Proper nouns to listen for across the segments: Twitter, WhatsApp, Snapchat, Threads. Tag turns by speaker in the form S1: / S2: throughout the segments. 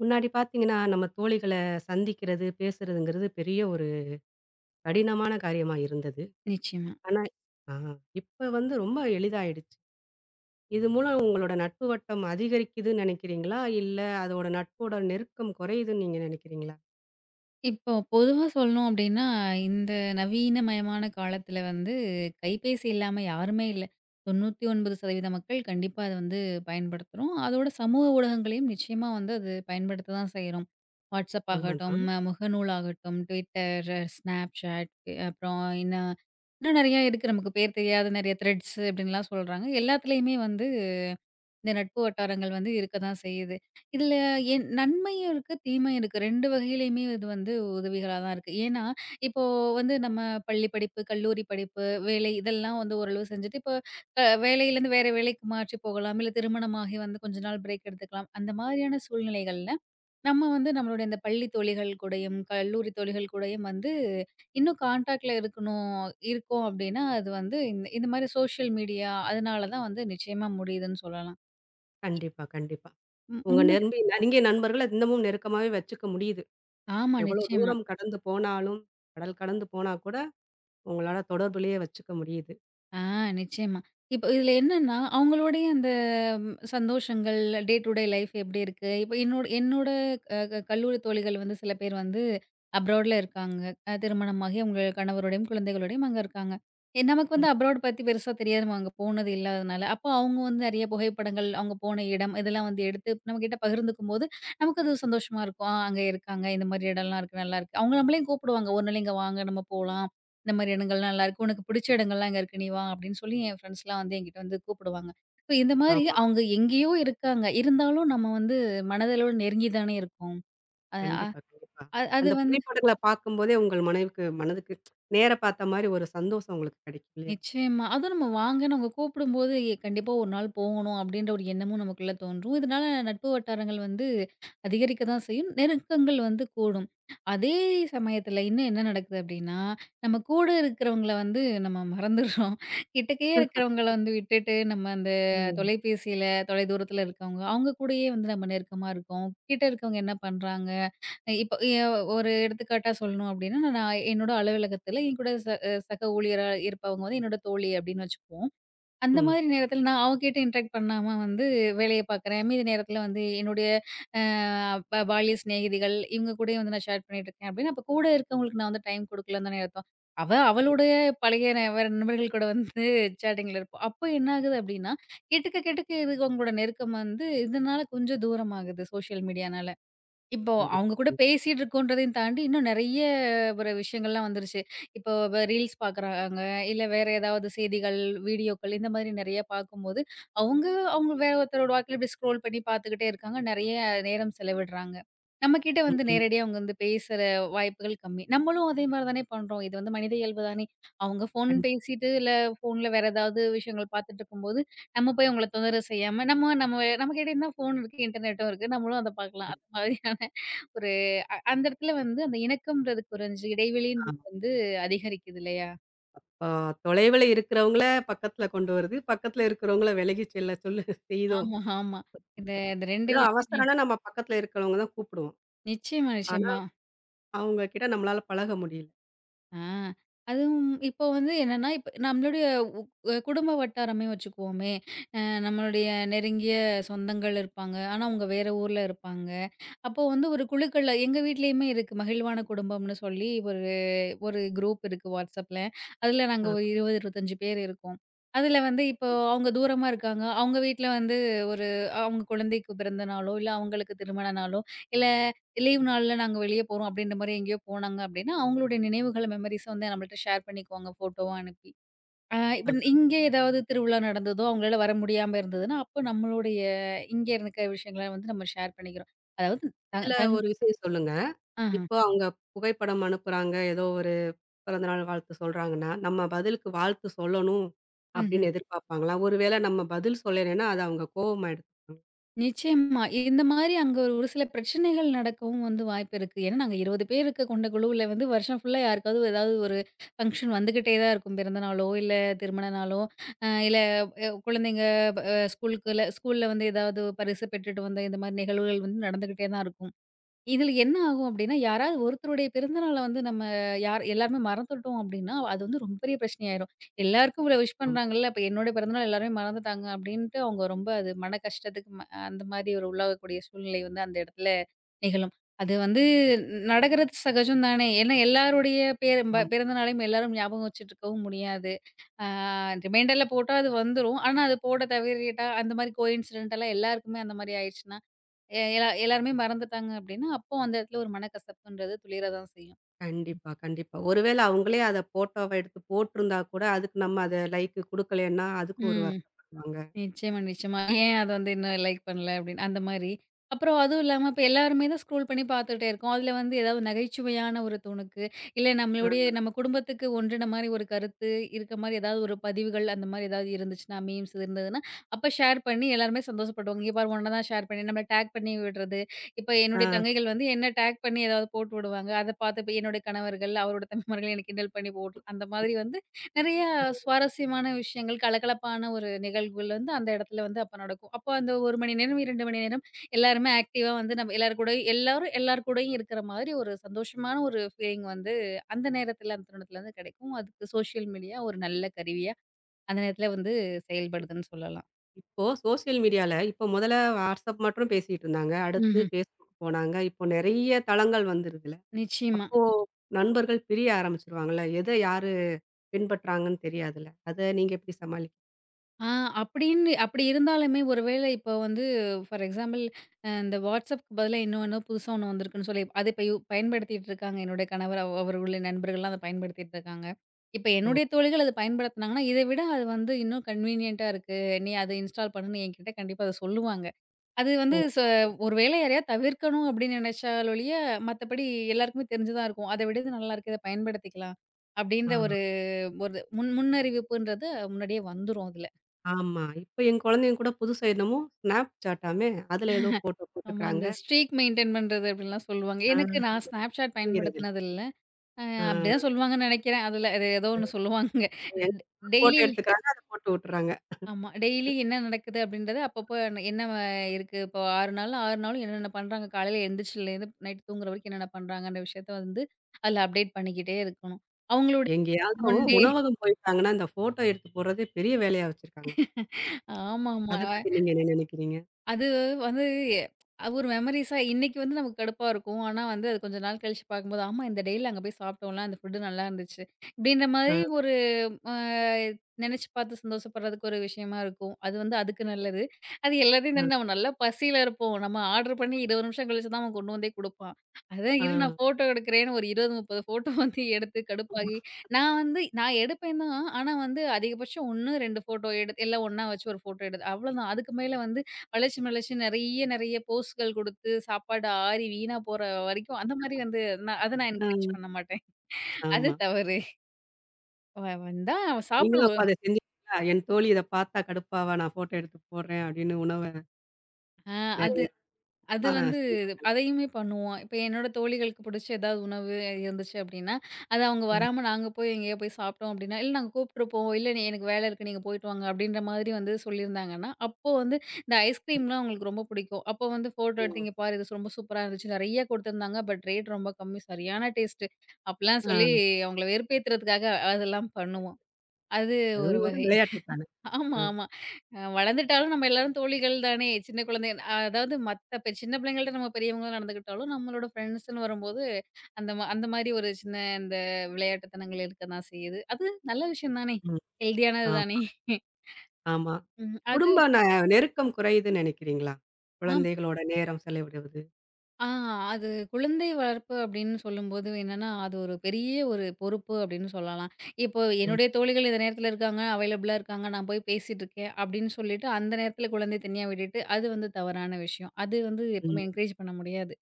S1: முன்னாடி பார்த்தீங்கன்னா, நம்ம தோழிகள சந்திக்கிறது, பேசுறதுங்கிறது பெரிய ஒரு கடினமான காரியமா இருந்தது.
S2: நிச்சயமா.
S1: ஆனா ஆ இப்ப வந்து ரொம்ப எளிதாயிடுச்சு. இது மூலம் உங்களோட நட்பு வட்டம் அதிகரிக்குதுன்னு நெனைக்கிறீங்களா? இல்ல அதோட நட்போட நெருக்கம் குறையுதுன்னு நீங்க நெனைக்கிறீங்களா?
S2: இப்போ பொதுவா சொல்லணும் அப்டின்னா, இந்த நவீனமயமான காலத்துல வந்து கைபேசி இல்லாம யாருமே இல்ல. 99% மக்கள் கண்டிப்பா அத வந்து பயன்படுத்துறோம். அதோட சமூக ஊடகங்களையும் நிச்சயமா வந்து அது பயன்படுத்த தான் செய்றோம். WhatsApp ஆகட்டும்,
S1: உண்மதான்.
S2: முகநூல் ஆகட்டும், Twitter, Snapchat அப்புறம் என்ன இன்னும் நெறைய இருக்கு. நமக்கு பேர் தெரியாத நெறைய த்ரெட்ஸ் அப்டின்லாம் சொல்றாங்க. எல்லாத்துலயுமே வந்து இந்த நட்பு வட்டாரங்கள் வந்து இருக்க தான் செய்யுது. இதுல என் நன்மையும் இருக்கு, தீமையும் இருக்கு. 2 வகையிலயுமே இது வந்து உதவிகளா தான் இருக்கு. ஏன்னா, இப்போ வந்து நம்ம பள்ளி படிப்பு, கல்லூரி படிப்பு, வேலை இதெல்லாம் வந்து ஓரளவு செஞ்சுட்டு, இப்போ வேலையிலேருந்து வேற வேலைக்கு மாற்றி போகலாம். இல்ல திருமணமாகி வந்து கொஞ்ச நாள் பிரேக் எடுத்துக்கலாம். அந்த மாதிரியான சூழ்நிலைகள்ல, நம்ம வந்து நம்மளுடைய இந்த பள்ளி தோழிகள் கூடயும், கல்லூரி தோழிகள் கூடயும் வந்து இன்னும் கான்டாக்ட்ல இருக்கணும் இருக்கோம் அப்படின்னா, அது வந்து இந்த இந்த மாரி சோஷியல் மீடியா அதனால தான் வந்து நிச்சயமா முடியுதுன்னு சொல்லலாம்.
S1: கண்டிப்பா, கண்டிப்பா.
S2: ம்
S1: உங்க
S2: முன்ன
S1: நெருங்கி நெருங்கிய நண்பர்கள இன்னமும் நெருக்கமாவே வச்சுக்க முடியுது.
S2: ஆமா,
S1: எவ்வளோ
S2: நிச்சயமா.
S1: தூரம் கடந்து போனாலும், கடல் கடந்து போனா கூட உங்களால தொடர்புலயே வச்சுக்க முடியுது.
S2: ஆ நிச்சயமா. இப்போ இதில என்னன்னா, அவங்களுடைய அந்த சந்தோஷங்கள், டே டூ டே லைஃப் எப்படி இருக்கு? இப்போ என்னோட என்னோட அ க கல்லூரி தோழிகள் வந்து சில பேர் வந்து அப்ராட்ல இருக்காங்க. திருமணமாகி அவங்க கணவரோடையும், குழந்தைகளோடையும் அங்க இருக்காங்க. நமக்கு வந்து
S1: ம்.
S2: அப்ராட் பத்தி பெருசா தெரியாது. நம்ம அங்க போனது இல்லாதனால. அப்போ அவங்க வந்து நெறைய புகைப்படங்கள், அவங்க போன இடம் இதெல்லாம் வந்து எடுத்து நம்மகிட்ட பகிர்ந்துக்கும்போது, நமக்கு அது சந்தோஷமா இருக்கும். ஆ அங்க இருக்காங்க, இந்த மாரி இடம்லாம் இருக்கு, நல்லாருக்கு. அவங்க நம்மளையும் கூப்பிடுவாங்க, ஒரு நாள் இங்க வாங்க நம்ம போலாம். "இந்த மாரி இடங்கள்லாம் நல்லாயிருக்கு. உனக்கு பிடிச்ச இடங்கள்லாம் இங்க இருக்கு. நீ வா" அப்படின்னு சொல்லி என் ஃப்ரெண்ட்ஸ்லாம் வந்து என்கிட்ட வந்து கூப்பிடுவாங்க. இப்ப இந்த மாரி
S1: ஆமா.
S2: அவங்க எங்கேயோ இருக்காங்க. இருந்தாலும் நம்ம வந்து மனதளவுல நெருங்கி தானே இருக்கோம். அ
S1: கண்டிப்பா, கண்டிப்பா.
S2: அ அது
S1: அந்த
S2: வந்து
S1: புகைப்படங்கள பார்க்கும்போதே உங்கள் மனைவிக்கு மனதுக்கு நேர பார்த்த மாரி ஒரு சந்தோஷம் உங்களுக்கு கிடைக்கும் இல்லையா?
S2: நிச்சயமா. அதுவும் நம்ம வாங்கன்னு அவங்க கூப்பிடும்போது, கண்டிப்பா ஒரு நாள் போகணும் அப்படின்ற ஒரு எண்ணமும் நமக்குள்ள தோன்றும். இதனால நட்பு வட்டாரங்கள் வந்து அதிகரிக்க தான் செய்யும். நெருக்கங்கள் வந்து கூடும். அதே சமயத்துல இன்னும் என்ன நடக்குது அப்படின்னா, நம்ம கூட இருக்கிறவங்கள வந்து நம்ம மறந்துடுறோம். கிட்டக்கயே இருக்கிறவங்கள வந்து விட்டுட்டு, நம்ம அந்த
S1: ம்.
S2: தொலைபேசியில தொலைதூரத்துல இருக்கவங்க, அவங்க கூடயே வந்து நம்ம நெருக்கமா இருக்கோம். கிட்ட இருக்கவங்க என்ன பண்றாங்க? இப்போ ஒரு எடுத்துக்காட்டா சொல்லணும் அப்டின்னா, நான் என்னோட அலுவலகத்தில என் கூட சக ஊழியரா இருப்பவங்க வந்து என்னோட தோழி அப்டின்னு வச்சுக்குவோம். அந்த
S1: ம்.
S2: மாதிரி நேரத்தில நான் அவகிட்ட இன்டராக்ட் பண்ணாம வந்து வேலைய பார்க்குறேன். மீதி நேரத்தில வந்து என்னுடைய அ ப பால்ய சிநேகிதிகள் இவங்க கூடயும் வந்து நான் ஷேர் பண்ணிட்டுருக்கேன் அப்டின்னா, அப்ப கூட இருக்கவங்களுக்கு நான் வந்து டைம் குடுக்கலன்னு தானே அர்த்தம்.
S1: கண்டிப்
S2: அவளுடைய பழைய வேற நண்பர்கள் கூட வந்து சேட்டிங்ல இருப்போம். அப்போ என்ன ஆகுது அப்டின்னா, கிட்டக்க கிட்டக்க இருக்கவங்களோட நெருக்கம் வந்து இதனால கொஞ்சம் தூரம் ஆகுது சோஷியல் மீடியானால. இப்போ
S1: கண்டிப்
S2: அவங்க கூட பேசிட்டு இருக்கோன்றதையும் தாண்டி, இன்னும் நெறைய ஒரு விஷயங்கள்லாம் வந்துருச்சு. இப்போ ரீல்ஸ் பார்க்குறாங்க, இல்ல வேற ஏதாவது செய்திகள், வீடியோக்கள் இந்த மாதிரி நெறைய பார்க்கும்போது, அவங்க அவங்க வேற ஒருத்தரோட வாழ்க்கையில இப்படி ஸ்க்ரோல் பண்ணி பார்த்துக்கிட்டே இருக்காங்க. நெறைய நேரம் செலவிடுறாங்க. நம்மகிட்ட
S1: ம்,
S2: வந்து
S1: ம்.
S2: நேரடியா அவங்க வந்து பேசுற வாய்ப்புகள் கம்மி. நம்மளும் அதே மாரி தானே பண்றோம். இது வந்து மனித இயல்பு தானே! அவங்க ஃபோன்
S1: கண்டிப்பா.
S2: பேசிட்டு, இல்ல ஃபோன்ல வேற ஏதாவது விஷயங்கள் பார்த்துட்டு இருக்கும்போது, நம்ம போய் அவங்கள தொந்தரவு செய்யாம, நம்ம நம்ம நம்மகிட்ட என்ன ஃபோன் இருக்கு, இன்டர்நெட்டும் இருக்கு. நம்மளும் அத பார்க்கலாம். அந்த மாதிரியான ஒரு அந்த இடத்துல வந்து அந்த இணக்கம்ன்றது குறைஞ்சு, இடைவெளின்றது
S1: ஆமா.
S2: வந்து அதிகரிக்குது இல்லையா?
S1: ஆ தொலைவுல இருக்கிறவங்கள பக்கத்துல கொண்டு வருது. பக்கத்துல இருக்கிறவங்கள விலகி செல்ல சொல்லு செய்தோம்.
S2: ஆமா, ஆமா. இந்த இந்த 2
S1: அதுவும்
S2: விஷயங்களும்
S1: அவசரம்னா நம்ம பக்கத்துல இருக்கிறவங்க தான் கூப்பிடுவோம்.
S2: நிச்சயமா,
S1: ஆனா,
S2: நிச்சயமா.
S1: அவங்க கிட்ட நம்மளால பழக முடியல.
S2: ஆ அதுவும் இப்போ வந்து என்னன்னா, இப்ப நம்மளுடைய உ குடும்ப வட்டாரமே வச்சுக்குவோமே, அ நம்மளுடைய நெருங்கிய சொந்தங்கள் இருப்பாங்க. ஆனா, அவங்க வேற ஊர்ல இருப்பாங்க. அப்போ வந்து ஒரு குழுக்கள்ல எங்க வீட்லயுமே இருக்கு மகிழ்வான குடும்பம்னு சொல்லி ஒரு ஒரு குரூப் இருக்கு வாட்ஸ்அப்ல. அதுல நாங்க ஒரு 20, 25 பேர் இருக்கோம். அதுல வந்து இப்போ அவங்க தூரமா இருக்காங்க. அவங்க வீட்ல வந்து ஒரு அவங்க குழந்தைக்கு பிறந்த நாளோ, இல்ல அவங்களுக்கு திருமண நாளோ, இல்ல லீவ் நாள்ல நாங்க வெளிய போறோம் அப்படின்ற மாரி எங்கேயோ போனாங்க அப்படின்னா, அவங்களுடைய நினைவுகள மெமரீஸ வந்து நம்மள்ட்ட ஷேர் பண்ணிக்குவாங்க ஃபோட்டோவா அனுப்பி. ஆ
S1: ஆ.
S2: இப்ப இங்க ஏதாவது திருவிழா நடந்ததோ, அவங்களால வர முடியாம இருந்ததுன்னா, அப்போ நம்மளுடைய இங்க இருக்க விஷயங்கள வந்து நம்ம ஷேர் பண்ணிக்கிறோம். அதாவது தங்
S1: இதுல
S2: தங்
S1: ஒரு விஷயம் சொல்லுங்க.
S2: ஆஹ.
S1: இப்போ அவங்க புகைப்படம் அனுப்புறாங்க. ஏதோ ஒரு பிறந்தநாள் வாழ்த்து சொல்றாங்கன்னா, நம்ம பதிலுக்கு வாழ்த்து சொல்லணும்
S2: ம்ஹ்ம்.
S1: அப்படின்னு எதிர்பார்ப்பாங்களா? ஒருவேளை நம்ம பதில் சொல்லலைன்னா, அது அவங்க கோவமா எடுத்துப்பாங்க.
S2: நிச்சயமா. இந்த மாரி அங்க ஒரு ஒரு சில பிரச்சனைகள் நடக்கவும் வந்து வாய்ப்பு இருக்கு. ஏன்னா, நாங்க 20 பேர் இருக்க கொண்ட குழுவுல வந்து வருஷம் ஃபுல்லா யாருக்காவது ஏதாவது ஒரு ஃபங்ஷன் வந்துகிட்டே தான் இருக்கும். பிறந்த நாளோ, இல்ல திருமண நாளோ, இல்ல குழந்தைங்க ப ஸ்கூல்ல வந்து ஏதாவது பரிசு பெற்றுட்டு வந்த இந்த மாரி நிகழ்வுகள் வந்து நடந்துகிட்டே தான் இருக்கும். இதில என்ன ஆகும் அப்டின்னா, யாராவது ஒருத்தருடைய பிறந்த நாள வந்து நம்ம யார் எல்லாருமே மறந்துட்டோம் அப்டின்னா, அது வந்து ரொம்ப பெரிய பிரச்சனையாயிரும். எல்லாருக்கும் இவ்ளோ விஷ்
S1: ஆமா,
S2: பண்றாங்கல்ல, அப்ப என்னோட பிறந்தநாள் எல்லாருமே மறந்துட்டாங்க அப்டின்ட்டு, அவங்க ரொம்ப அது மன கஷ்டத்துக்கு அந்த மாரி ஒரு உள்ளாகக்கூடிய சூழ்நிலை வந்து அந்த இடத்துல நிகழும். அது வந்து நடக்கிறது சகஜம் தானே. ஏன்னா எல்லாருடைய பேர்
S1: ஆமா.
S2: பிறந்த நாளையும் எல்லாரும் ஞாபகம் வச்சுட்டு இருக்கவும் முடியாது. ஆ ரிமைண்டர்ல போட்டா அது வந்துரும். ஆனா அது போட தவறிட்டா அந்த மாரி கோஇன்சிடென்டலா எல்லாருக்குமே அந்த மாரி ஆயிடுச்சுன்னா, எ எல்லா எல்லாருமே மறந்துட்டாங்க அப்டின்னா, அப்போ அந்த இடத்துல ஒரு மனக்கசப்புன்றது துளிர தான் செய்யும்.
S1: கண்டிப்பா, கண்டிப்பா. ஒருவேளை அவங்களே அத ஃபோட்டோவ எடுத்து போட்டிருந்தா கூட, அதுக்கு நம்ம அத லைக் குடுக்கலைன்னா, அதுக்கு ஒரு
S2: ம்.
S1: வருத்தப்படுவாங்க.
S2: நிச்சயமா, நிச்சயமா. ஏன் அத வந்து இன்னும் லைக் பண்ணல அப்படின்னு அந்த மாரி. அப்புறம் அதுவும் இல்லாம இப்ப எல்லாருமே தான் ஸ்க்ரோல் பண்ணி பார்த்துட்டே இருக்கோம். அதுல வந்து ஏதாவது நகைச்சுவையான ஒரு துணுக்கு, இல்ல
S1: அ,
S2: நம்ம குடும்பத்துக்கு ஒன்றின மாரி ஒரு கருத்து இருக்க மாரி ஏதாவது ஒரு பதிவுகள் அந்த மாரி ஏதாவது இருந்துச்சுன்னா, மீம்ஸ் இருந்ததுன்னா, அப்ப ஷேர் பண்ணி எல்லாருமே சந்தோஷப்படுவாங்க. இங்க பாரு உன்ன தான் ஷேர் பண்ணி நம்மள டேக் பண்ணி விடுறது. இப்ப
S1: ஆ.
S2: என்னுடைய தங்கைகள் வந்து என்ன டேக் பண்ணி ஏதாவது போட்டு விடுவாங்க. அத பார்த்து இப்ப என்னுடைய கணவர்கள், அவரோட தம்பிமார்கள் என்ன கிண்டல் பண்ணி போடுற அந்த மாதிரி வந்து நிறைய சுவாரஸ்யமான விஷயங்கள், கலகலப்பான ஒரு நிகழ்வுகள் வந்து அந்த இடத்துல வந்து அப்ப நடக்கும். அப்போ அந்த 1 மணி நேரம், 2 மணி நேரம் எல்லாருமே ஆக்டிவா வந்து நம்ம எல்லார் கூடயும் எல்லாரும் எல்லார் கூடயும் இருக்கிற மாதிரி ஒரு சந்தோஷமான ஒரு ஃபீலிங் வந்து அந்த நேரத்துல, அந்த தருணத்துல வந்து கிடைக்கும். அதுக்கு சோசியல் மீடியா ஒரு நல்ல கருவியா அந்த நேரத்துல வந்து செயல்படுதுன்னு சொல்லலாம்.
S1: இப்போ சோசியல் மீடியால இப்போ முதல்ல WhatsApp மட்டும் பேசிட்டு இருந்தாங்க. அடுத்து
S2: ம்ஹ்ம்.
S1: Facebook போனாங்க. இப்போ நெறைய தளங்கள் வந்துருதுல்ல.
S2: நிச்சயமா.
S1: அப்போ நண்பர்கள் பிரிய ஆரம்பிச்சுருவாங்கல்ல. எத யாரு பின்பற்றாங்கன்னு தெரியாதுல்ல. அத நீங்க எப்படி சமாளிக்க
S2: ஆ அப்படின்னு அப்படி இருந்தாலுமே ஒருவேளை இப்போ வந்து ஃபார் எக்ஸாம்பிள் இந்த வாட்ஸ்அப்க்கு பதிலா இன்னொன்னு புதுசா ஒண்ணு வந்திருக்குன்னு சொல்லி அதை இப்ப பயன்படுத்திட்டு இருக்காங்க என்னுடைய கணவர் அவர்களுடைய நண்பர்கள்லாம் அதை பயன்படுத்திட்டு இருக்காங்க. இப்போ
S1: ஓ!
S2: என்னுடைய தோழிகள் அதை பயன்படுத்தினாங்கன்னா இதை விட அது வந்து இன்னும் கன்வீனியன்ட்டா இருக்கு. நீ அதை இன்ஸ்டால் பண்ணுன்னு என்கிட்ட கண்டிப்பா அதை சொல்லுவாங்க. அது வந்து
S1: ஓ!
S2: ச-
S1: ஓ.
S2: ஒருவேளை யாரையா தவிர்க்கணும் அப்படின்னு நினைச்சால் ஒழிய மற்றபடி எல்லாருக்குமே தெரிஞ்சுதான் இருக்கும் அதை விட இது நல்லா இருக்கு இதை பயன்படுத்திக்கலாம்
S1: ஆ,
S2: அப்படின்ற ஒரு ஒரு முன் முன்னறிவிப்புன்றது முன்னாடியே வந்துடும்.
S1: ஆமா. இப்ப என் குழந்தைங்க கூட புதுசா என்னமோ Snapchatடாமே, அதுல ஏதோ ஃபோட்டோ
S2: ஆமா.
S1: போட்டுக்கிறாங்க.
S2: அந்த ஸ்ட்ரீக் மெயின்டெயின் பண்றது அப்டின்லாம் சொல்லுவாங்க. எனக்கு
S1: ஆ.
S2: நான் Snapchat
S1: புரியறதில்ல.
S2: பயன்படுத்தினது இல்ல. அ
S1: ஆ
S2: அப்படிதான் சொல்லுவாங்கன்னு நெனைக்கிறேன். அதுல அது ஏதோ ஒண்ணு சொல்லுவாங்க. டெ
S1: ஃபோட்டோ
S2: டெய்லி.
S1: எடுத்துக்கிறாங்க, அத போட்டு விட்டுறாங்க.
S2: ஆமா. டெய்லி என்ன நடக்குது அப்படின்றத அப்பப்போ என்ன என்ன இருக்கு இப்போ 6 நாளும் என்னென்ன பண்றாங்க காலையில எந்திரிச்சதுலேருந்து நைட் தூங்குற வரைக்கும் என்னென்ன பண்றாங்கன்ற விஷயத்த வந்து அதுல அப்டேட் பண்ணிக்கிட்டே இருக்கணும். அவங்களுடைய
S1: எங்கேயாவது
S2: ஒன் டே.
S1: உணவகம் போயிட்டாங்கன்னா, இந்த ஃபோட்டோ எடுத்து போடுறதே பெரிய வேலையா வச்சிருக்காங்க.
S2: ஆமாமா.
S1: அத பத்தி நீங்க என்ன நினைக்கிறீங்க?
S2: அது வந்து எ- அது ஒரு மெமரீஸா இன்னைக்கு வந்து நமக்கு கடுப்பா இருக்கும். ஆனா வந்து அது கொஞ்ச நாள் கழிச்சு பார்க்கும்போது, ஆமா இந்த டேல அங்க போய் சாப்பிட்டோம்ல, அந்த ஃபுட் நல்லா இருந்துச்சு. இப்படின்ற
S1: ஆ,
S2: மாதிரி ஒரு அ நினைச்சு பார்த்து சந்தோஷப்படுறதுக்கு ஒரு விஷயமா இருக்கும். அது வந்து அதுக்கு நல்லது. அது எல்லாத்தையும்
S1: ஆ,
S2: தாண்டி நம்ம நல்லா பசியில இருப்போம். நம்ம ஆர்டர் பண்ணி 20 நிமிஷம் கழிச்சு தான் அவன் கொண்டு வந்தே குடுப்பான். அதான்
S1: ஆ,
S2: இரு நான் ஃபோட்டோ எடுக்கிறேன்னு ஒரு 20, 30 ஃபோட்டோ வந்து எடுத்து கடுப்பாகி, நான் எடுப்பேன் தான். ஆனா வந்து அதிகபட்சம் 1, 2 ஃபோட்டோ எடுத்து எல்லாம் ஒண்ணா வச்சு ஒரு ஃபோட்டோ எடுத்து அவ்வளோதான். அதுக்கு மேல வந்து வளைச்சு, வளைச்சு நெறைய, நெறைய போஸ்கள் குடுத்து, சாப்பாடு ஆறி வீணா போற வரைக்கும் அந்த மாரி வந்து நான் என்கரேஜ்
S1: ஆ,
S2: பண்ண மாட்டேன். அது
S1: ஆமா.
S2: தவறு. வந்தா அவன்
S1: நீங்களும் அப்ப
S2: சாப்பிடுவோம்.
S1: அத செஞ்சீங்களா? என் தோழி இத பார்த்தா கடுப்பாவா? நான் ஃபோட்டோ எடுத்து போடுறேன் அப்படின்னு உணவ
S2: ஆ அது
S1: நெறைய
S2: அது
S1: ஆ
S2: வந்து
S1: செய்வாங்கல்ல.
S2: அதையுமே பண்ணுவோம். இப்ப என்னோட தோழிகளுக்கு பிடிச்ச ஏதாவது உணவு இருந்துச்சு அப்டின்னா, அது அவங்க
S1: ம்.
S2: வராம நாங்க போய் எங்கேயோ போய் சாப்பிட்டோம் அப்டின்னா, "இல்ல நாங்க கூப்ட்டுருப்போம். இல்ல எனக்கு வேல இருக்கு. நீங்க போயிட்டு வாங்க" அப்டின்ற மாதிரி வந்து சொல்லியிருந்தாங்கன்னா, அப்போ வந்து இந்த
S1: ம்.
S2: ஐஸ்கிரீம்லாம் அவங்களுக்கு ரொம்ப பிடிக்கும். அப்போ வந்து ஃபோட்டோ எடுத்து,
S1: ஓ!
S2: "இங்க பாரு இது ரொம்ப சூப்பரா இருந்துச்சு. நெறைய குடுத்துருந்தாங்க. பட் ரேட் ரொம்ப கம்மி. சரியான டேஸ்ட்டு" அப்டிலாம் சொல்லி
S1: ஆ.
S2: அவங்கள வெறுப்பேத்துறதுக்காக அதெல்லாம் பண்ணுவோம். அது ஒரு
S1: அதுவும் ஒரு
S2: வகை.
S1: விளையாட்டு தானே.
S2: ஆமா,
S1: ஆ.
S2: ஆமா. வளர்ந்துட்டாலும் நம்ம எல்லாரும் தோழிகள் தானே! சின்ன குழந்தை அதாவது மத்த இப்ப சின்ன பிள்ளைங்கள்ட்ட நம்ம பெரியவங்களா நடந்துக்கிட்டாலும், நம்மளோட ஃப்ரெண்ட்ஸ்ன்னு வரும்போது, அந்த மாரி ஒரு சின்ன இந்த விளையாட்டுத்தனங்கள் இருக்க தான் செய்யுது. அது நல்ல விஷயம் தானே!
S1: ம்.
S2: ஹெல்தியானது
S1: ஆமா,
S2: தானே!
S1: ஆமா.
S2: ம். அது
S1: குடும்ப நெருக்கம் குறையுதுன்னு நெனைக்கிறீங்களா?
S2: ஆமா.
S1: குழந்தைகளோட நேரம் செலவிடுவது.
S2: ஆ அது குழந்தை வளர்ப்பு அப்படின்னு சொல்லும்போது என்னன்னா, அது ஒரு பெரிய ஒரு பொறுப்பு அப்படின்னு சொல்லலாம். இப்போ
S1: ம்.
S2: என்னுடைய தோழிகள் இந்த நேரத்தில இருக்காங்க, அவைலபிளா இருக்காங்க, நான் போய் பேசிட்டு இருக்கேன் அப்படின்னு சொல்லிட்டு, அந்த நேரத்தில குழந்தைய தனியா விட்டுட்டு, அது வந்து தவறான விஷயம். அது வந்து எப்பவுமே
S1: ம்.
S2: என்கரேஜ் பண்ண முடியாது.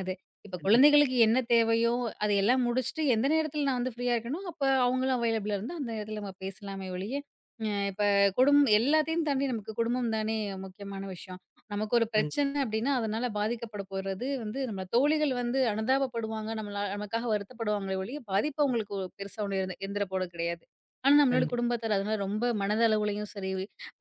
S2: அது இப்ப
S1: கண்டிப்பா,
S2: குழந்தைகளுக்கு என்ன தேவையோ, அதை எல்லாம் முடிச்சுட்டு எந்த நேரத்தில நான் வந்து ஃப்ரீயா இருக்கேனோ, அப்ப அவங்களும் அவைலபிளா இருந்தா அந்த நேரத்தில நம்ம பேசலாமே ஒழிய, அ இப்ப குடும் எல்லாத்தையும் தாண்டி நமக்கு குடும்பம் தானே முக்கியமான விஷயம். நமக்கு ஒரு
S1: கண்
S2: பிரச்சனை அப்படின்னா, அதனால பாதிக்கப்பட போறது வந்து நம்ம தோழிகள் வந்து அனுதாபப்படுவாங்க. நம்மள நமக்காக வருத்தப்படுவாங்களே ஒழிய, பாதிப்பு அவங்களுக்கு ஒரு பெருசா ஒண்ணும் இருந்துற போறது கிடையாது. ஆனா, நம்மளோட
S1: கண்டிப்பா.
S2: குடும்பத்தார் அதனால ரொம்ப மனதளவுலயும் சரி,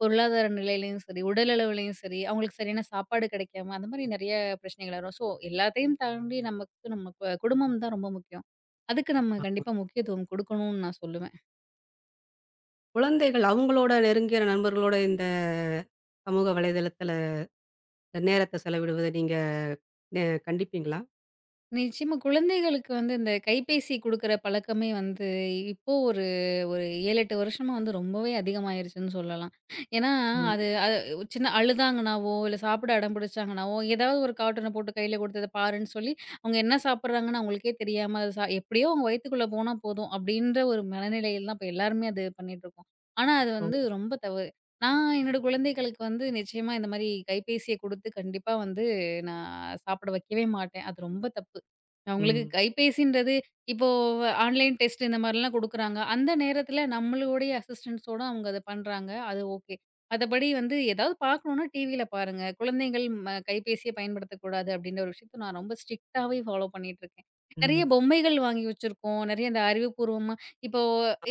S2: பொருளாதார நிலையிலயும் சரி, உடல் அளவுலயும் சரி, அவங்களுக்கு சரியான சாப்பாடு கிடைக்காம, அந்த மாரி நெறைய பிரச்சனைகள் வரும். ஸோ, எல்லாத்தையும் தாண்டி நமக்கு நம்ம குடும்பம் தான் ரொம்ப முக்கியம். அதுக்கு நம்ம
S1: ஆமா.
S2: கண்டிப்பா முக்கியத்துவம் குடுக்கணும்னு நான் சொல்லுவேன்.
S1: குழந்தைகள் அவங்களோட நெருங்கிய நண்பர்களோட இந்த சமூக வலைதளத்துல நேரத்த செலவிடுவத நீங்க நெ கண்டிப்பீங்களா?
S2: நிச்சயமா. குழந்தைகளுக்கு வந்து இந்த கைபேசி குடுக்குற பழக்கமே வந்து, இப்போ ஒரு ஒரு 7, 8 வருஷமா வந்து ரொம்பவே அதிகமாயிருச்சுன்னு சொல்லலாம். ஏன்னா,
S1: ம்.
S2: அது அது சின்ன அழுதாங்கனாவோ, இல்ல சாப்பிட அடம் பிடிச்சாங்கனாவோ, ஏதாவது ஒரு கார்ட்டூன போட்டு கையில குடுத்து, "இத பாருன்னு" சொல்லி, அவங்க என்ன சாப்பிடுறாங்கன்னு அவங்களுக்கே தெரியாம, அது சா எப்படியோ அவங்க வயித்துக்குள்ள போனா போதும், அப்படின்ற ஒரு மனநிலையில தான் இப்ப எல்லாருமே அது பண்ணிட்டுருக்கோம். ஆனா, அது
S1: ஓ!
S2: வந்து ரொம்ப தவறு. நான் என்னோட குழந்தைகளுக்கு வந்து நிச்சயமா இந்த மாரி கைபேசிய குடுத்து, கண்டிப்பா வந்து நான் சாப்பிட வைக்கவே மாட்டேன். அது ரொம்ப தப்பு. அவங்களுக்கு
S1: ம்.
S2: கைபேசின்றது இப்போ ஆன்லைன் டெஸ்ட் இந்த மாரிலாம் குடுக்குறாங்க. அந்த நேரத்தில நம்மளுடைய அசிஸ்டன்ஸோட அவங்க அத பண்றாங்க. அது ஓகே. மத்தபடி வந்து ஏதாவது பார்க்கணும்னா டிவில பாருங்க. குழந்தைகள் கைபேசிய பயன்படுத்தக்கூடாது அப்டின்ற ஒரு விஷயத்த நான் ரொம்ப ஸ்ட்ரிக்டாவே ஃபாலோ பண்ணிட்டுருக்கேன். நெறைய
S1: ம்.
S2: பொம்மைகள் வாங்கி வச்சிருக்கோம். நெறைய இந்த அறிவுப்பூர்வமா இப்போ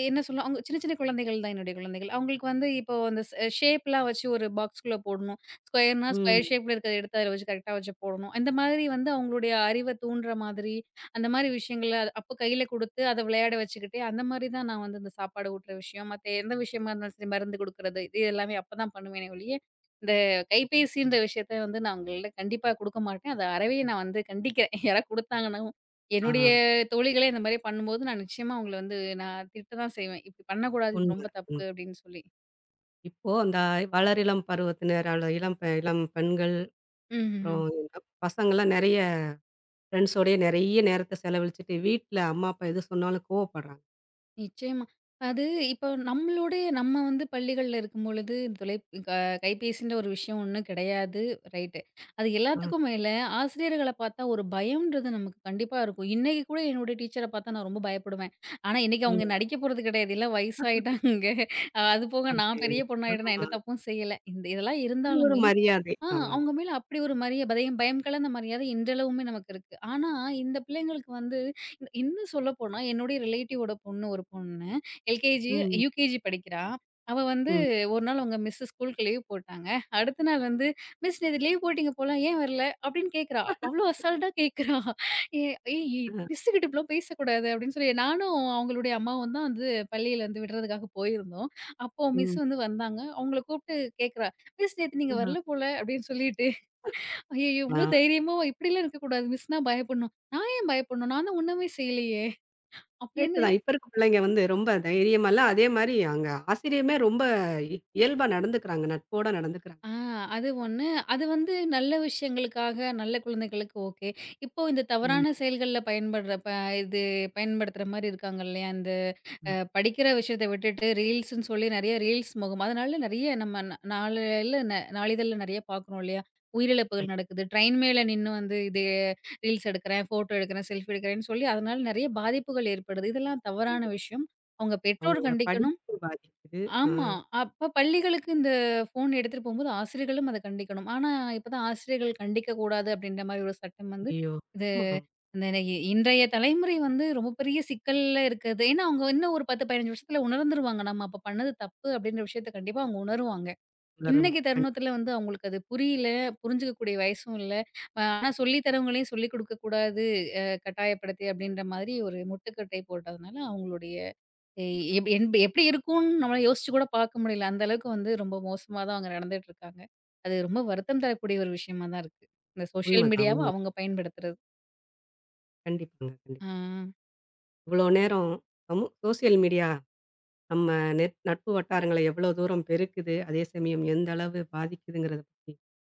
S2: என்ன சொல்ல அவங்க சின்ன சின்ன குழந்தைகள் தான் என்னுடைய குழந்தைகள். அவங்களுக்கு வந்து இப்போ அந்த ஷேப்லாம் வச்சு ஒரு பாக்ஸ்குள்ள போடணும். ஸ்கொயர்னா,
S1: ம்.
S2: ஸ்கொயர் ஷேப்ல இருக்கிறத எடுத்து அதில வச்சு கரெக்ட்டா வச்சு போடணும். இந்த மாதிரி வந்து அவங்களுடைய அறிவ தூண்டுற மாதிரி, அந்த மாரி விஷயங்கள அப்போ கையில குடுத்து, அத விளையாட வச்சுக்கிட்டு, அந்த மாரி தான் நான் வந்து இந்த சாப்பாடு ஊட்டுற விஷயம், மத்த எந்த விஷயமா இருந்தாலும் சரி மருந்து குடுக்குறது, இது எல்லாமே அப்பதான் பண்ணுவேனே ஒழிய, இந்த கைபேசின்ற விஷயத்த வந்து நான் அவங்கள்ட்ட கண்டிப்பா குடுக்க மாட்டேன். அத அறவே நான் வந்து கண்டிக்கிறேன். யாராவது குடுத்தாங்கனாவும்,
S1: ஆ.
S2: என்னுடைய தோழிகளே இந்த மாரி பண்ணும்போது, நான் நிச்சயமா அவங்கள வந்து நான் திட்ட தான் செய்வேன். "இப்படி பண்ணக்கூடாது. இது
S1: உண்ம.
S2: ரொம்ப தப்பு"
S1: உண்ம.
S2: அப்படின்னு சொல்லி.
S1: இப்போ அந்த வளரிளம் பருவத்தினர், அல்ல இளம் பெண்கள்,
S2: ம்ஹ்ம்.
S1: அப்புறம் பசங்கலாம் நெறைய ஃப்ரெண்ட்ஸோடயே நெறைய நேரத்த செலவழிச்சுட்டு, வீட்ல அம்மா, அப்பா எது சொன்னாலும் கோவப்படுறாங்க.
S2: நிச்சயமா. அது இப்போ நம்மளுடைய நம்ம வந்து பள்ளிகள்ல இருக்கும்பொழுது தொலை க கைபேசின்ற ஒரு விஷயம் ஒண்ணும் கிடையாது. ரைட்டு. அது
S1: ஆ,
S2: எல்லாத்துக்கும் மேல ஆசிரியர்கள பார்த்தா ஒரு பயம்ன்றது நமக்கு கண்டிப்பா இருக்கும். இன்னைக்கு கூட என்னுடைய டீச்சர பார்த்தா நான் ரொம்ப பயப்படுவேன். ஆனா, இன்னைக்கு அவங்க
S1: ம்.
S2: நடிக்க போறது கிடையாது. எல்லாம் வயசாயிட்டாங்க. அது போக நான்
S1: அது
S2: பெரிய பொண்ணாயிட்டேன். நான்
S1: ஆமா.
S2: எந்த தப்பும் செய்யல. இதெல்லாம்
S1: அது ஒரு
S2: இருந்தாலுமே
S1: மரியாதை.
S2: ஆ
S1: அவ்வளோதான்.
S2: அவங்க மேல அப்படி ஒரு மரிய பதயம் பயம் கலந்த மரியாதை இன்றளவுமே நமக்கு இருக்கு. ஆனா, இந்த பிள்ளைங்களுக்கு வந்து இன்னும் சொல்லப்போனா, என்னுடைய ரிலேட்டிவோட பொண்ணு ஒரு பொண்ணு. எல்கேஜி,
S1: ம்.
S2: யுகேஜி படிக்கிறா. அவ வந்து
S1: ம்.
S2: ஒரு நாள் அவங்க மிஸ் ஸ்கூலுக்கு லீவ் போட்டாங்க. அடுத்த நாள் வந்து, "மிஸ் நேத்து லீவ் போட்டீங்க போல, ஏன் வரல?" அப்படின்னு கேட்கிறா. அவ்ளோ அசால்ட்டா கேட்கிறா. ஏ "ஏய்
S1: அ,
S2: மிஸ் கிட்ட இப்படிலாம் பேசக்கூடாது" அப்படின்னு சொல்லி நானும் அவங்களுடைய அம்மாவும் தான் வந்து பள்ளியில வந்து விடுறதுக்காக போயிருந்தோம். அப்போ மிஸ்
S1: ம்.
S2: வந்து வந்தாங்க. அவங்கள கூப்பிட்டு கேட்கிறா, மிஸ் நேத்து நீங்க
S1: அ,
S2: வரல போல அப்படின்னு சொல்லிட்டு, ஐயய்யோ!
S1: ஆ.
S2: இவ்ளோ தைரியமா இப்படிலாம் இருக்கக்கூடாது. மிஸ்னா பயப்படணும். நான் ஏன் பயப்படணும்? நான் தான் ஒண்ணுமே செய்யலையே!
S1: கரெக்ட்டு
S2: அப்படின்னு
S1: தான். இப்ப இருக்க பிள்ளைங்க வந்து ரொம்ப தைரியமாலாம் அதே மாரி அங்க ஆசிரியமே ரொம்ப இயல்பா நடந்துக்கிறாங்க. நட்போட நடந்துக்கிறாங்க.
S2: ஆ அது ஒண்ணு. அது வந்து நல்ல விஷயங்களுக்காக, நல்ல குழந்தைகளுக்கு ஓகே. இப்போ இந்த
S1: ம்.
S2: தவறான செயல்கள்ல பயன்படுற ப இது பயன்படுத்துற மாரி இருக்காங்க இல்லையா?
S1: ம்.
S2: படிக்கிற விஷயத்த விட்டுட்டு ரீல்ஸ்ன்னு சொல்லி நெறைய ரீல்ஸ் முகம் அதனால நெறைய நம்ம நாளில நாளிதழ்ல நெறைய பார்க்குறோம் இல்லையா? உயிரிழப்புகள்
S1: கண்டிப்பா,
S2: நடக்குது. ட்ரெயின் மேல நின்னு வந்து இது ரீல்ஸ் எடுக்கிறேன், ஃபோட்டோ எடுக்கிறேன், செல்ஃபி எடுக்கிறேன்னு சொல்லி அதனால நெறைய பாதிப்புகள் ஏற்படுது. இதெல்லாம் தவறான
S1: கண்டிப்பா.
S2: விஷயம். அவங்க பெற்றோர்
S1: அவங்களோட
S2: கண்டிக்கணும்.
S1: படிப்பு பாதிக்குது. ஆ.
S2: ஆமா. அப்ப பள்ளிகளுக்கு இந்த ஃபோன் எடுத்துட்டு போம்போது ஆசிரியர்களும் அத கண்டிக்கணும். ஆனா, இப்ப தான் ஆசிரியர்கள் கண்டிக்கக் கூடாது அப்படின்ற மாரி ஒரு சட்டம் வந்து
S1: ஐயோ!
S2: இது
S1: ஆமா.
S2: இந்த இ இன்றைய தலைமுறை வந்து ரொம்ப பெரிய சிக்கல்ல இருக்குது. ஏன்னா, அவங்க இன்னும் ஒரு 10, 15 வருஷத்துல உணர்ந்துருவாங்க. நம்ம அப்ப பண்ணது தப்பு அப்படின்ற விஷயத்த கண்டிப்பா அவங்க உணருவாங்க.
S1: வரும்.
S2: இன்னைக்கு
S1: கண்டிப்பா.
S2: தருணத்துல வந்து அவங்களுக்கு அது புரியல, புரிஞ்சுக்கக்கூடிய வயசும் இல்ல. ஆனா, சொல்லி தரவங்களையும் சொல்லிக் குடுக்கக் கூடாது, கட்டாயப்படுத்தி அப்படின்ற மாதிரி ஒரு முட்டுக்கட்டை போட்டதுனால அவங்களுடைய எ எப் என்ப் எப்படி இருக்கும்ன்னு நம்மளால யோசிச்சு கூட பார்க்க முடியல. அந்த அளவுக்கு வந்து ரொம்ப மோசமா தான் அவங்க நடந்துட்டு இருக்காங்க. அது ரொம்ப வருத்தம் தரக்கூடிய ஒரு விஷயமா தான் இருக்கு. இந்த சோஷியல்
S1: உண்மதான்,
S2: மீடியாவ
S1: உண்ம.
S2: அவங்க பயன்படுத்துறது.
S1: கண்டிப்பாங்க, கண்டிப்பா.
S2: ஆ.
S1: இவ்வளோ நேரம் சோசியல் மீடியா நம்ம நட்பு வட்டாரங்கள எவ்வளோ தூரம் பெருக்குது, அதே சமயம் எந்த அளவு பாதிக்குதுங்கிறத பத்தி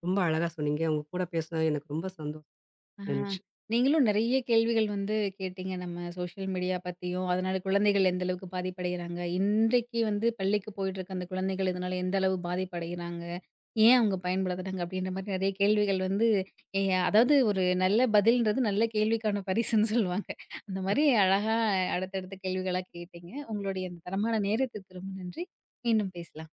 S1: ரொம்ப அழகா சொன்னீங்க. உங்க கூட பேசுனது எனக்கு ரொம்ப சந்தோஷம்.
S2: ஆ.
S1: நன்றி.
S2: நீங்களும் நெறைய கேள்விகள் வந்து கேட்டீங்க. நம்ம சோஷியல் மீடியா பத்தியும், அதனால குழந்தைகள் எந்த அளவுக்கு பாதிப்படைகிறாங்க? இன்றைக்கு வந்து பள்ளிக்கு போயிட்டுருக்க அந்த குழந்தைகள் இதனால எந்த அளவு பாதிப்படைகிறாங்க? ஏன் அவங்க பயன்படுத்துறாங்க? அப்படின்ற மாரி நெறைய கேள்விகள் வந்து எ அதாவது ஒரு நல்ல பதில்ன்றது நல்ல கேள்விக்கான பரிசுன்னு சொல்லுவாங்க. அந்த மாரி அழகா அடுத்தடுத்த கேள்விகளா கேட்டீங்க. உங்களுடைய அந்த தரமான நேரத்துக்கு ரொம்ப நன்றி. மீண்டும் பேசலாம்.